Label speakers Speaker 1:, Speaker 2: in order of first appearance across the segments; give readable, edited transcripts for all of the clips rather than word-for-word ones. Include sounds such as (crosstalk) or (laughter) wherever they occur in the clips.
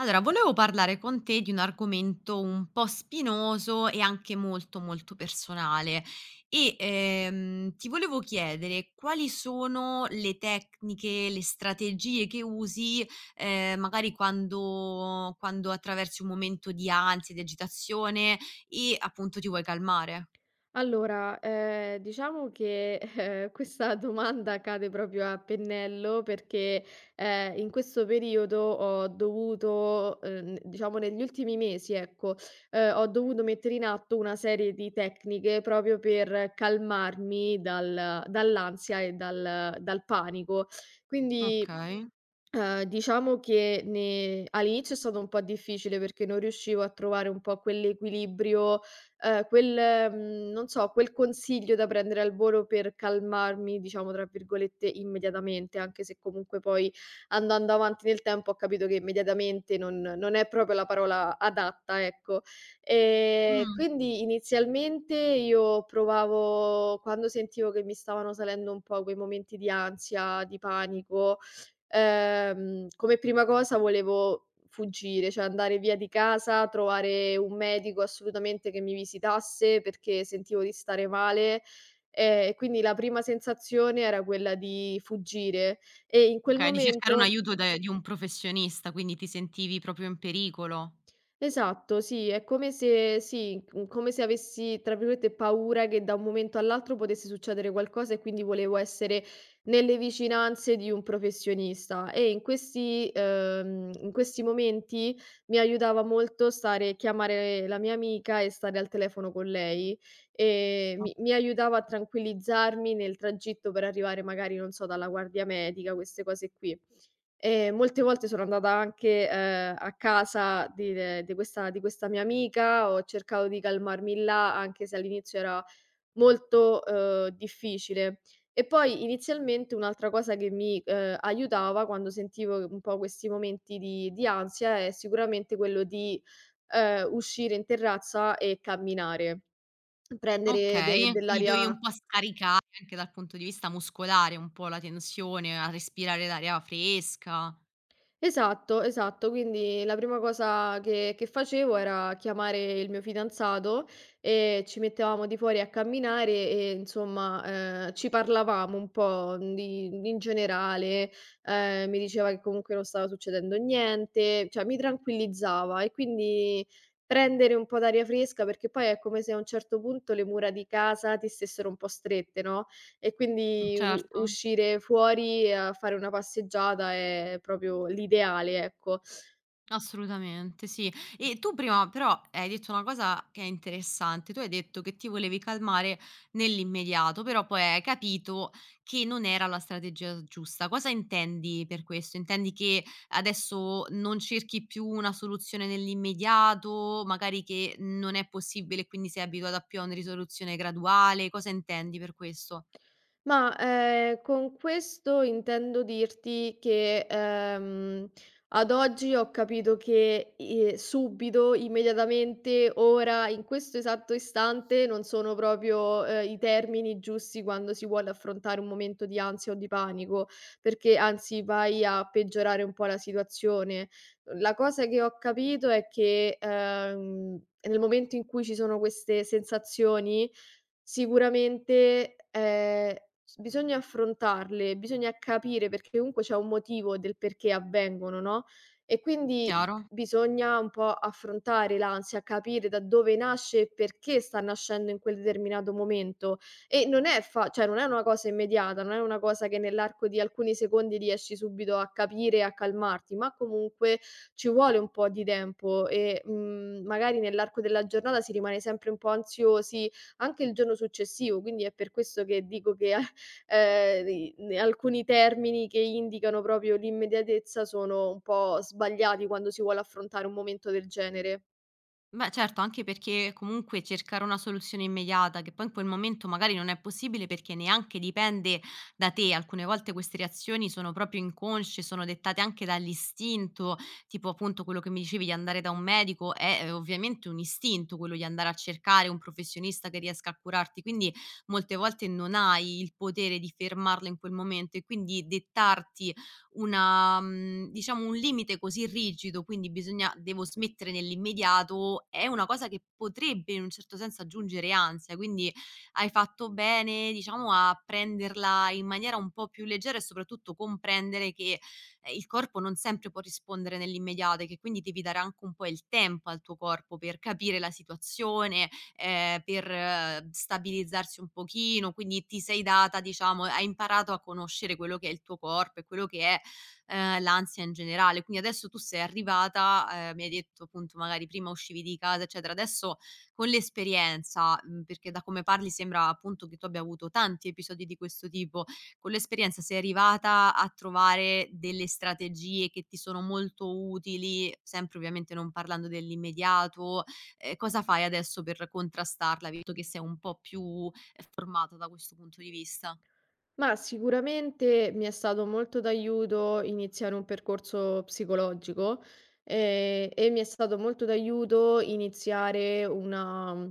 Speaker 1: Allora, volevo parlare con te di un argomento un po' spinoso e anche molto, molto personale e, ti volevo chiedere quali sono le tecniche, le strategie che usi, magari quando attraversi un momento di ansia, di agitazione e appunto ti vuoi calmare.
Speaker 2: Allora, diciamo che, questa domanda cade proprio a pennello perché, in questo periodo ho dovuto, diciamo negli ultimi mesi, ecco, ho dovuto mettere in atto una serie di tecniche proprio per calmarmi dall'ansia e dal panico. Quindi.
Speaker 1: Okay.
Speaker 2: Diciamo che ne all'inizio è stato un po' difficile perché non riuscivo a trovare un po' quell'equilibrio, quel non so, quel consiglio da prendere al volo per calmarmi, diciamo, tra virgolette, "immediatamente", anche se comunque poi andando avanti nel tempo ho capito che immediatamente non è proprio la parola adatta, ecco. Ehm,
Speaker 1: Mh.
Speaker 2: quindi inizialmente io provavo quando sentivo che mi stavano salendo un po' quei momenti di ansia, di panico. Come prima cosa volevo fuggire, cioè andare via di casa, trovare un medico assolutamente che mi visitasse perché sentivo di stare male, e quindi la prima sensazione era quella di fuggire e in quel
Speaker 1: Okay, di cercare un
Speaker 2: momento.
Speaker 1: aiuto de di un professionista, quindi ti sentivi proprio in pericolo.
Speaker 2: Esatto, sì, è come se sì, come se avessi, tra virgolette, "paura" che da un momento all'altro potesse succedere qualcosa e quindi volevo essere nelle vicinanze di un professionista e in questi momenti mi aiutava molto stare chiamare la mia amica e stare al telefono con lei, mi aiutava a tranquillizzarmi nel tragitto per arrivare magari, non so, dalla guardia medica, queste cose qui. Molte volte sono andata anche, a casa di questa mia amica, ho cercato di calmarmi là, anche se all'inizio era molto, difficile. E poi inizialmente un'altra cosa che mi, aiutava quando sentivo un po' questi momenti di ansia è sicuramente quello di, uscire in terrazza e camminare, prendere de
Speaker 1: Okay, quindi dovevi un
Speaker 2: dell'aria.
Speaker 1: po' scaricare anche dal punto di vista muscolare un po' la tensione, a respirare l'aria fresca.
Speaker 2: Esatto, esatto. Quindi la prima cosa che facevo era chiamare il mio fidanzato e ci mettevamo di fuori a camminare e insomma, ci parlavamo un po' di in generale, mi diceva che comunque non stava succedendo niente, cioè mi tranquillizzava e quindi prendere un po' d'aria fresca, perché poi è come se a un certo punto le mura di casa ti stessero un po' strette, no? E quindi u
Speaker 1: Certo.
Speaker 2: uscire fuori a fare una passeggiata è proprio l'ideale, ecco.
Speaker 1: Assolutamente, sì. E tu prima però hai detto una cosa che è interessante, tu hai detto che ti volevi calmare nell'immediato, però poi hai capito che non era la strategia giusta. Cosa intendi per questo? Intendi che adesso non cerchi più una soluzione nell'immediato, magari che non è possibile e quindi sei abituata più a una risoluzione graduale? Cosa intendi per questo?
Speaker 2: Ma, con questo intendo dirti che, ad oggi ho capito che, i subito, immediatamente, ora, in questo esatto istante, non sono proprio, i termini giusti quando si vuole affrontare un momento di ansia o di panico, perché anzi vai a peggiorare un po' la situazione. La cosa che ho capito è che, nel momento in cui ci sono queste sensazioni, sicuramente, s bisogna affrontarle, bisogna capire perché comunque c'è un motivo del perché avvengono, no, e quindi
Speaker 1: Chiaro?
Speaker 2: bisogna un po' affrontare l'ansia, capire da dove nasce e perché sta nascendo in quel determinato momento. E non è fa cioè non è una cosa immediata, non è una cosa che nell'arco di alcuni secondi riesci subito a capire e a calmarti, ma comunque ci vuole un po' di tempo e, magari nell'arco della giornata si rimane sempre un po' ansiosi, anche il giorno successivo, quindi è per questo che dico che (laughs) a i ne alcuni termini che indicano proprio l'immediatezza sono un po' sbagliati quando si vuole affrontare un momento del genere.
Speaker 1: Beh, certo, anche perché comunque cercare una soluzione immediata, che poi in quel momento magari non è possibile perché neanche dipende da te. Alcune volte queste reazioni sono proprio inconsce, sono dettate anche dall'istinto, tipo appunto quello che mi dicevi di andare da un medico, è ovviamente un istinto quello di andare a cercare un professionista che riesca a curarti, quindi molte volte non hai il potere di fermarlo in quel momento e quindi dettarti una diciamo un limite così rigido, quindi bisogna devo smettere nell'immediato, è una cosa che potrebbe in un certo senso aggiungere ansia, quindi hai fatto bene, diciamo, a prenderla in maniera un po' più leggera e soprattutto comprendere che, il corpo non sempre può rispondere nell'immediato e che quindi devi dare anche un po' il tempo al tuo corpo per capire la situazione, per stabilizzarsi un pochino, quindi ti sei data diciamo hai imparato a conoscere quello che è il tuo corpo e quello che è l'ansia in generale. Quindi adesso tu sei arrivata, mi hai detto appunto magari prima uscivi di casa eccetera, adesso con l'esperienza, perché da come parli sembra appunto che tu abbia avuto tanti episodi di questo tipo, con l'esperienza sei arrivata a trovare delle strategie che ti sono molto utili, sempre ovviamente non parlando dell'immediato, cosa fai adesso per contrastarla, visto che sei un po' più, formata da questo punto di vista?
Speaker 2: Ma sicuramente mi è stato molto d'aiuto iniziare un percorso psicologico, e mi è stato molto d'aiuto iniziare una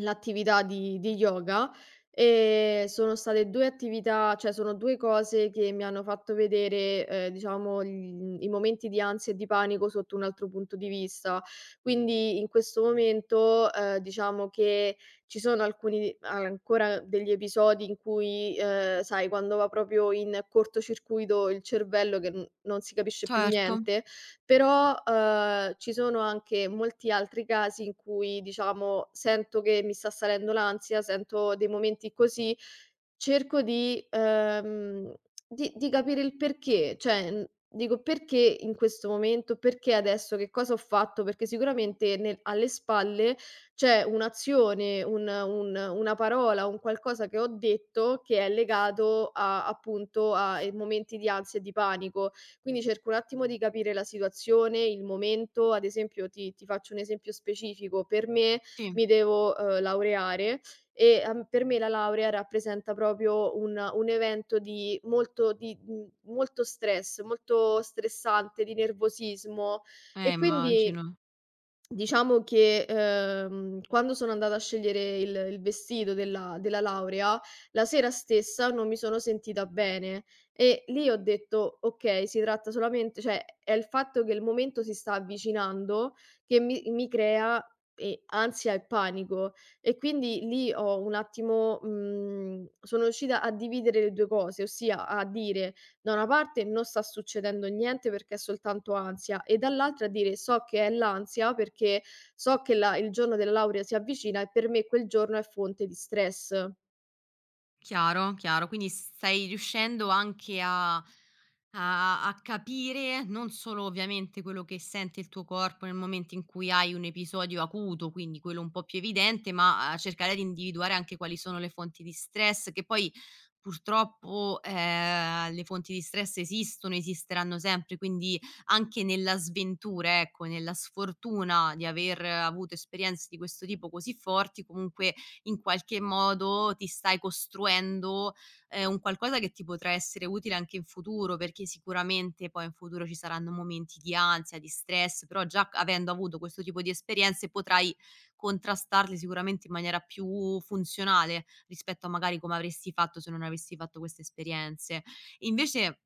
Speaker 2: L'attività di yoga. Sono state 2 attività cioè sono 2 cose che mi hanno fatto vedere, diciamo gl i momenti di ansia e di panico sotto un altro punto di vista. Quindi in questo momento, diciamo che ci sono alcuni ancora degli episodi in cui, sai quando va proprio in cortocircuito il cervello che n non si capisce più
Speaker 1: Certo,
Speaker 2: niente? Però, ci sono anche molti altri casi in cui, diciamo, sento che mi sta salendo l'ansia, sento dei momenti così, cerco di capire il perché, cioè, dico: "Perché in questo momento? Perché adesso? Che cosa ho fatto?" Perché sicuramente nel alle spalle c'è un'azione, un una parola, un qualcosa che ho detto che è legato a, appunto, momenti di ansia e di panico. Quindi cerco un attimo di capire la situazione, il momento. Ad esempio, ti faccio un esempio specifico: per me
Speaker 1: sì.
Speaker 2: mi devo, laureare e, per me la laurea rappresenta proprio un evento di molto stress, molto stressante, di nervosismo e quindi.
Speaker 1: Immagino.
Speaker 2: Diciamo che, quando sono andata a scegliere il vestito della laurea, la sera stessa non mi sono sentita bene e lì ho detto: "Okay, si tratta solamente cioè è il fatto che il momento si sta avvicinando che mi crea e ansia e panico". E quindi lì ho un attimo mhmm, sono riuscita a dividere le 2 cose, ossia a dire: da una parte non sta succedendo niente perché è soltanto ansia e dall'altra dire so che è l'ansia perché so che la il giorno della laurea si avvicina e per me quel giorno è fonte di stress.
Speaker 1: Chiaro, chiaro. Quindi stai riuscendo anche a capire non solo ovviamente quello che sente il tuo corpo nel momento in cui hai un episodio acuto, quindi quello un po' più evidente, ma a cercare di individuare anche quali sono le fonti di stress, che poi purtroppo, le fonti di stress esistono, esisteranno sempre, quindi anche nella sventura, ecco, nella sfortuna di aver avuto esperienze di questo tipo così forti, comunque in qualche modo ti stai costruendo, un qualcosa che ti potrà essere utile anche in futuro, perché sicuramente poi in futuro ci saranno momenti di ansia, di stress, però già avendo avuto questo tipo di esperienze potrai contrastarle sicuramente in maniera più funzionale rispetto a magari come avresti fatto se non avessi fatto queste esperienze. Invece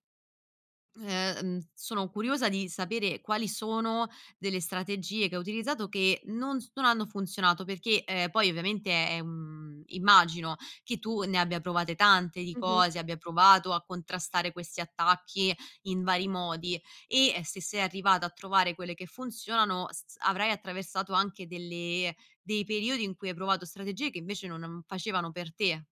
Speaker 1: Sono curiosa di sapere quali sono delle strategie che hai utilizzato che non hanno funzionato, perché, poi ovviamente è un immagino che tu ne abbia provate tante di cose, abbia provato a contrastare questi attacchi in vari modi e, se sei arrivata a trovare quelle che funzionano, s s avrai attraversato anche delle dei periodi in cui hai provato strategie che invece non facevano per te.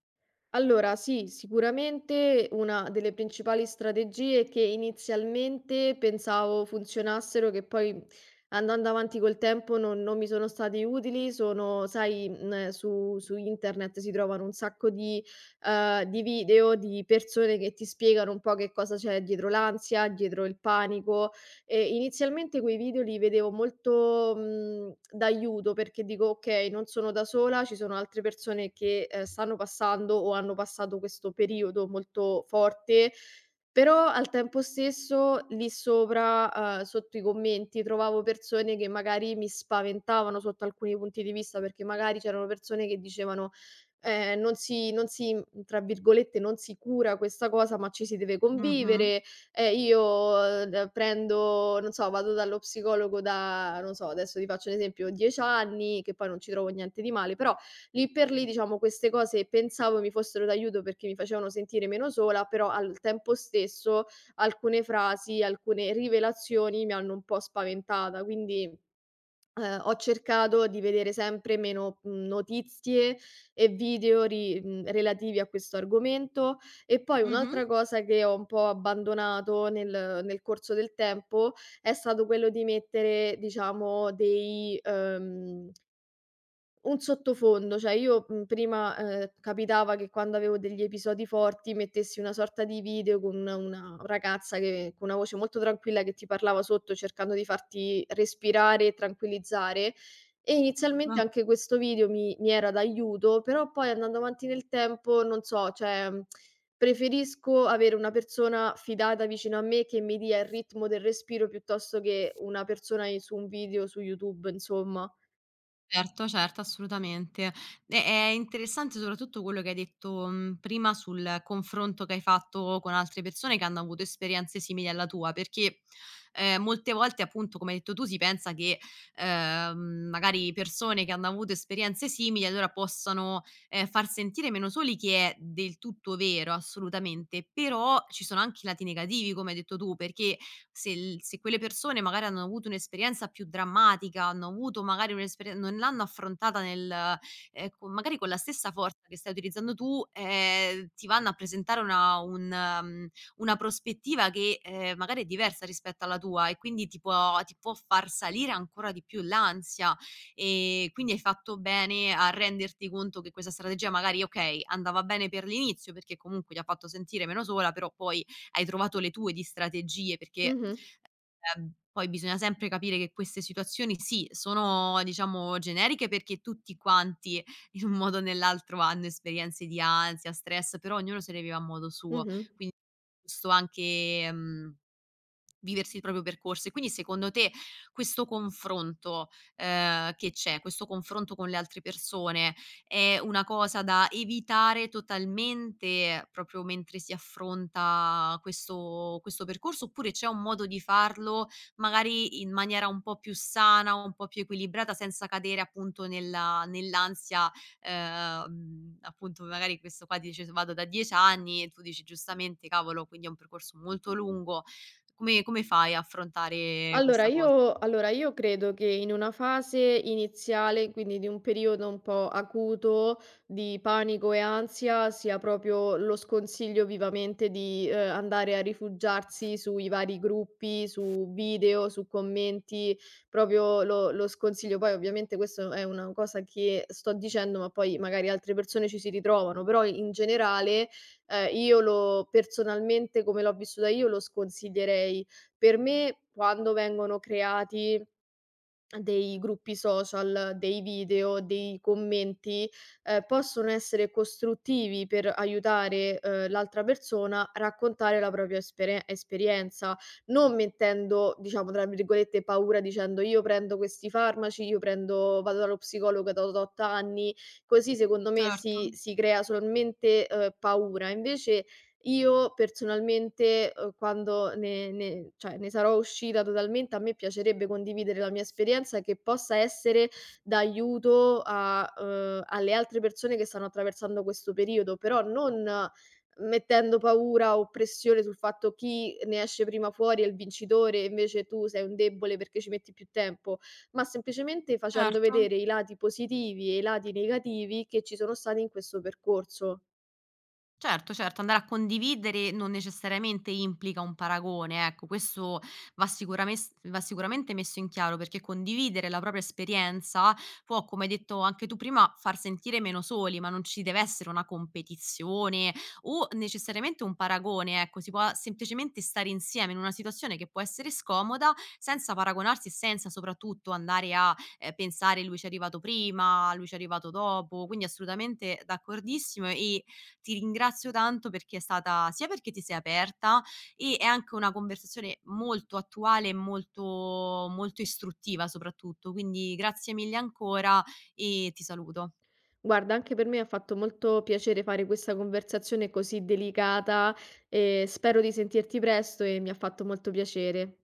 Speaker 2: Allora sì, sicuramente una delle principali strategie che inizialmente pensavo funzionassero, che poi andando avanti col tempo non mi sono stati utili, sono, sai, su internet si trovano un sacco di video di persone che ti spiegano un po' che cosa c'è dietro l'ansia, dietro il panico. Inizialmente quei video li vedevo molto, d'aiuto perché dico: "Okay, non sono da sola, ci sono altre persone che, stanno passando o hanno passato questo periodo molto forte", però al tempo stesso lì sopra, sotto i commenti trovavo persone che magari mi spaventavano sotto alcuni punti di vista, perché magari c'erano persone che dicevano: non si" tra virgolette, "non si cura questa cosa, ma ci si deve
Speaker 1: Mh-mh.
Speaker 2: convivere, io d prendo non so, vado dallo psicologo da non so, adesso ti faccio un esempio, 10 anni, che poi non ci trovo niente di male, però lì per lì, diciamo, queste cose pensavo mi fossero d'aiuto perché mi facevano sentire meno sola, però al tempo stesso alcune frasi, alcune rivelazioni mi hanno un po' spaventata, quindi ho cercato di vedere sempre meno, notizie e video relativi a questo argomento. E poi
Speaker 1: Mh-mh.
Speaker 2: un'altra cosa che ho un po' abbandonato nel corso del tempo, è stato quello di mettere, diciamo, un sottofondo, cioè io, prima, capitava che quando avevo degli episodi forti mettessi una sorta di video con una ragazza che con una voce molto tranquilla che ti parlava sotto cercando di farti respirare e tranquillizzare e inizialmente anche questo video mi era d'aiuto, però poi andando avanti nel tempo, non so, cioè, preferisco avere una persona fidata vicino a me che mi dia il ritmo del respiro piuttosto che una persona i su un video su YouTube, insomma.
Speaker 1: Certo, certo, assolutamente. E è interessante soprattutto quello che hai detto, prima sul confronto che hai fatto con altre persone che hanno avuto esperienze simili alla tua, perché, molte volte appunto, come hai detto tu, si pensa che, magari persone che hanno avuto esperienze simili allora possano, far sentire meno soli, che è del tutto vero, assolutamente, però ci sono anche i lati negativi, come hai detto tu, perché se quelle persone magari hanno avuto un'esperienza più drammatica, hanno avuto magari un'esperie non l'hanno affrontata nel co magari con la stessa forza che stai utilizzando tu, ti vanno a presentare una un una prospettiva che, magari è diversa rispetto alla tua e quindi ti può far salire ancora di più l'ansia. Quindi hai fatto bene a renderti conto che questa strategia magari, okay, andava bene per l'inizio perché comunque ti ha fatto sentire meno sola, però poi hai trovato le tue di strategie, perché,
Speaker 2: Mh-mh,
Speaker 1: poi bisogna sempre capire che queste situazioni sì, sono diciamo generiche perché tutti quanti in un modo o nell'altro hanno esperienze di ansia, stress, però ognuno se le vive a modo suo,
Speaker 2: mh-mh.
Speaker 1: quindi è giusto anche, viversi il proprio percorso. E quindi secondo te questo confronto, che c'è, questo confronto con le altre persone è una cosa da evitare totalmente proprio mentre si affronta questo percorso, oppure c'è un modo di farlo magari in maniera un po' più sana, un po' più equilibrata, senza cadere appunto nella nell'ansia, appunto magari questo qua dice: "S vado da 10 anni" e tu dici giustamente: "Cavolo, quindi è un percorso molto lungo." Come fai a affrontare
Speaker 2: Allora
Speaker 1: questa cosa?
Speaker 2: io allora io credo che in una fase iniziale, quindi di un periodo un po' acuto di panico e ansia, sia proprio lo sconsiglio vivamente di, andare a rifugiarsi sui vari gruppi, su video, su commenti, proprio lo sconsiglio. Poi ovviamente questo è una cosa che sto dicendo, ma poi magari altre persone ci si ritrovano, però in generale, io lo personalmente, come l'ho vissuta io, lo sconsiglierei per me quando vengono creati dei gruppi social, dei video, dei commenti, possono essere costruttivi per aiutare, l'altra persona a raccontare la propria espere esperienza, non mettendo, diciamo, tra virgolette, "paura" dicendo: "Io prendo questi farmaci, io prendo vado dallo psicologo da tot anni", così secondo me
Speaker 1: Certo,
Speaker 2: si crea solamente, paura. Invece io personalmente, quando ne ne cioè ne sarò uscita totalmente, a me piacerebbe condividere la mia esperienza che possa essere d'aiuto a alle altre persone che stanno attraversando questo periodo, però non mettendo paura o pressione sul fatto chi ne esce prima fuori è il vincitore e invece tu sei un debole perché ci metti più tempo, ma semplicemente facendo
Speaker 1: certo.
Speaker 2: vedere i lati positivi e i lati negativi che ci sono stati in questo percorso.
Speaker 1: Certo, certo, andare a condividere non necessariamente implica un paragone, ecco, questo va sicurames va sicuramente messo in chiaro, perché condividere la propria esperienza può, come hai detto anche tu prima, far sentire meno soli, ma non ci deve essere una competizione o necessariamente un paragone, ecco, si può semplicemente stare insieme in una situazione che può essere scomoda senza paragonarsi e senza soprattutto andare a, pensare: "Lui c'è arrivato prima, lui c'è arrivato dopo", quindi assolutamente d'accordissimo e ti ringrazio tanto perché è stata sia perché ti sei aperta e è anche una conversazione molto attuale e molto, molto istruttiva soprattutto. Quindi grazie mille ancora e ti saluto.
Speaker 2: Guarda, anche per me ha fatto molto piacere fare questa conversazione così delicata e spero di sentirti presto e mi ha fatto molto piacere.